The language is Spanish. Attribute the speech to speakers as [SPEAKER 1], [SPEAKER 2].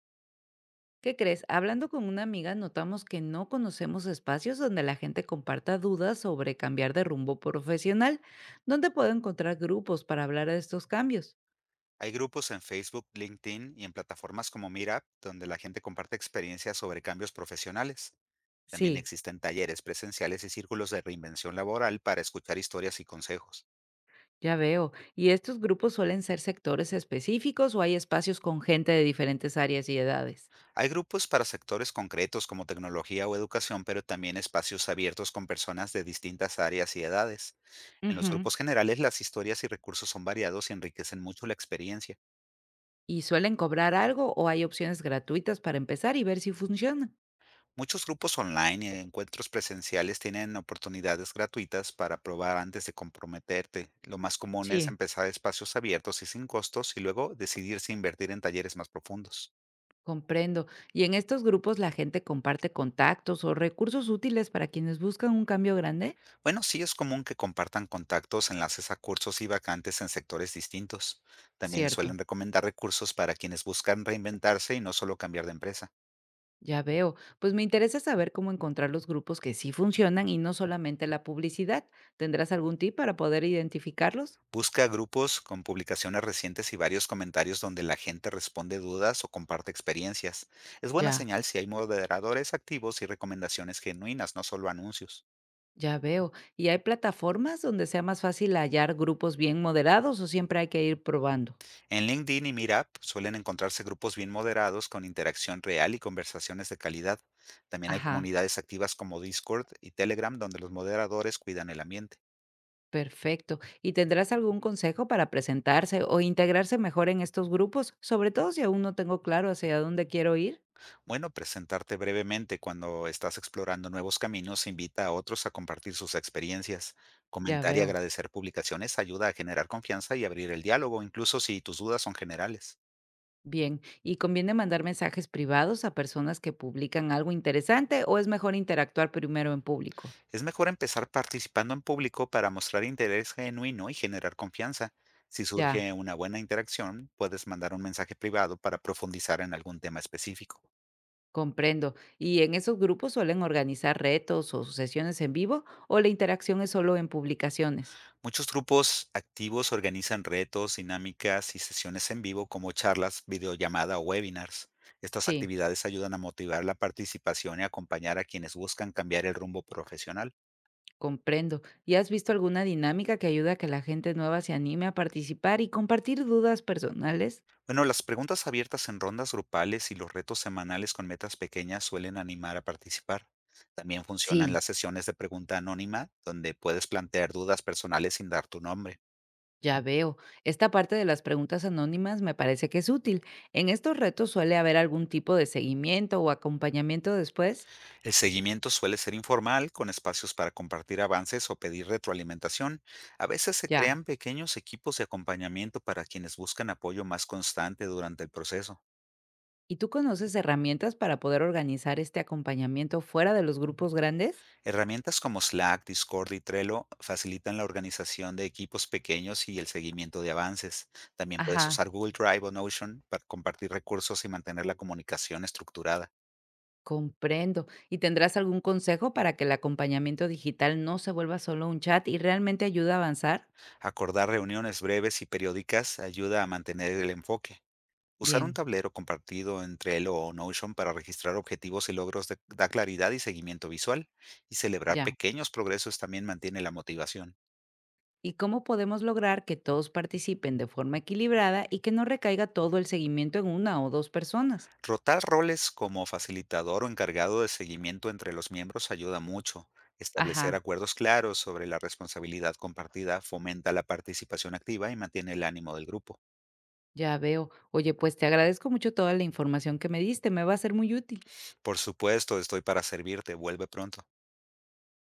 [SPEAKER 1] ¿Qué crees? Hablando con una amiga notamos que no conocemos espacios donde la gente comparta dudas sobre cambiar de rumbo profesional. ¿Dónde puedo encontrar grupos para hablar de estos cambios?
[SPEAKER 2] Hay grupos en Facebook, LinkedIn y en plataformas como Meetup, donde la gente comparte experiencias sobre cambios profesionales. También
[SPEAKER 1] Sí,
[SPEAKER 2] existen talleres presenciales y círculos de reinvención laboral para escuchar historias y consejos.
[SPEAKER 1] ya veo. ¿Y estos grupos suelen ser sectores específicos o hay espacios con gente de diferentes áreas y edades?
[SPEAKER 2] Hay grupos para sectores concretos como tecnología o educación, pero también espacios abiertos con personas de distintas áreas y edades. En los
[SPEAKER 1] Ujú.
[SPEAKER 2] grupos generales, las historias y recursos son variados y enriquecen mucho la experiencia.
[SPEAKER 1] ¿Y suelen cobrar algo o hay opciones gratuitas para empezar y ver si funcionan?
[SPEAKER 2] Muchos grupos online y encuentros presenciales tienen oportunidades gratuitas para probar antes de comprometerte. Lo más común es
[SPEAKER 1] Sí,
[SPEAKER 2] empezar espacios abiertos y sin costos y luego decidir si invertir en talleres más profundos.
[SPEAKER 1] comprendo. ¿Y en estos grupos la gente comparte contactos o recursos útiles para quienes buscan un cambio grande?
[SPEAKER 2] Bueno, sí es común que compartan contactos, enlaces a cursos y vacantes en sectores distintos. También
[SPEAKER 1] Cierto,
[SPEAKER 2] suelen recomendar recursos para quienes buscan reinventarse y no solo cambiar de empresa.
[SPEAKER 1] ya veo. Pues me interesa saber cómo encontrar los grupos que sí funcionan y no solamente la publicidad. ¿Tendrás algún tip para poder identificarlos?
[SPEAKER 2] Busca grupos con publicaciones recientes y varios comentarios donde la gente responde dudas o comparte experiencias. Es buena
[SPEAKER 1] Ya,
[SPEAKER 2] señal si hay moderadores activos y recomendaciones genuinas, no solo anuncios.
[SPEAKER 1] ya veo. ¿Y hay plataformas donde sea más fácil hallar grupos bien moderados o siempre hay que ir probando?
[SPEAKER 2] En LinkedIn y Meetup suelen encontrarse grupos bien moderados con interacción real y conversaciones de calidad. También hay
[SPEAKER 1] Ajá,
[SPEAKER 2] comunidades activas como Discord y Telegram donde los moderadores cuidan el ambiente.
[SPEAKER 1] perfecto. ¿Y tendrás algún consejo para presentarse o integrarse mejor en estos grupos, sobre todo si aún no tengo claro hacia dónde quiero ir?
[SPEAKER 2] Bueno, presentarte brevemente cuando estás explorando nuevos caminos invita a otros a compartir sus experiencias.
[SPEAKER 1] Ya
[SPEAKER 2] Comentar y
[SPEAKER 1] veo.
[SPEAKER 2] agradecer publicaciones ayuda a generar confianza y abrir el diálogo, incluso si tus dudas son generales.
[SPEAKER 1] Bien, ¿y conviene mandar mensajes privados a personas que publican algo interesante o es mejor interactuar primero en público?
[SPEAKER 2] Es mejor empezar participando en público para mostrar interés genuino y generar confianza. Si
[SPEAKER 1] Ya,
[SPEAKER 2] surge una buena interacción, puedes mandar un mensaje privado para profundizar en algún tema específico.
[SPEAKER 1] comprendo. ¿Y en esos grupos suelen organizar retos o sesiones en vivo o la interacción es solo en publicaciones?
[SPEAKER 2] Muchos grupos activos organizan retos, dinámicas y sesiones en vivo como charlas, videollamada o webinars. Estas
[SPEAKER 1] Sí,
[SPEAKER 2] actividades ayudan a motivar la participación y acompañar a quienes buscan cambiar el rumbo profesional.
[SPEAKER 1] comprendo. ¿Y has visto alguna dinámica que ayuda a que la gente nueva se anime a participar y compartir dudas personales?
[SPEAKER 2] Bueno, las preguntas abiertas en rondas grupales y los retos semanales con metas pequeñas suelen animar a participar. También funcionan
[SPEAKER 1] Sí.
[SPEAKER 2] las sesiones de pregunta anónima, donde puedes plantear dudas personales sin dar tu nombre.
[SPEAKER 1] Ya veo. Esta parte de las preguntas anónimas me parece que es útil. En estos retos suele haber algún tipo de seguimiento o acompañamiento después.
[SPEAKER 2] El seguimiento suele ser informal, con espacios para compartir avances o pedir retroalimentación. A veces se
[SPEAKER 1] Ya.
[SPEAKER 2] crean pequeños equipos de acompañamiento para quienes buscan apoyo más constante durante el proceso.
[SPEAKER 1] ¿Y tú conoces herramientas para poder organizar este acompañamiento fuera de los grupos grandes?
[SPEAKER 2] Herramientas como Slack, Discord y Trello facilitan la organización de equipos pequeños y el seguimiento de avances. También puedes
[SPEAKER 1] Ajá,
[SPEAKER 2] usar Google Drive o Notion para compartir recursos y mantener la comunicación estructurada.
[SPEAKER 1] comprendo. ¿Y tendrás algún consejo para que el acompañamiento digital no se vuelva solo un chat y realmente ayude a avanzar?
[SPEAKER 2] Acordar reuniones breves y periódicas ayuda a mantener el enfoque. Usar un
[SPEAKER 1] Bien,
[SPEAKER 2] tablero compartido en Trello o Notion para registrar objetivos y logros da claridad y seguimiento visual, y celebrar
[SPEAKER 1] ya.
[SPEAKER 2] pequeños progresos también mantiene la motivación.
[SPEAKER 1] ¿Y cómo podemos lograr que todos participen de forma equilibrada y que no recaiga todo el seguimiento en una o dos personas?
[SPEAKER 2] Rotar roles como facilitador o encargado de seguimiento entre los miembros ayuda mucho. Establecer
[SPEAKER 1] Ajá.
[SPEAKER 2] acuerdos claros sobre la responsabilidad compartida fomenta la participación activa y mantiene el ánimo del grupo.
[SPEAKER 1] Ya veo. Oye, pues te agradezco mucho toda la información que me diste, me va a ser muy útil.
[SPEAKER 2] Por supuesto, estoy para servirte. Vuelve pronto.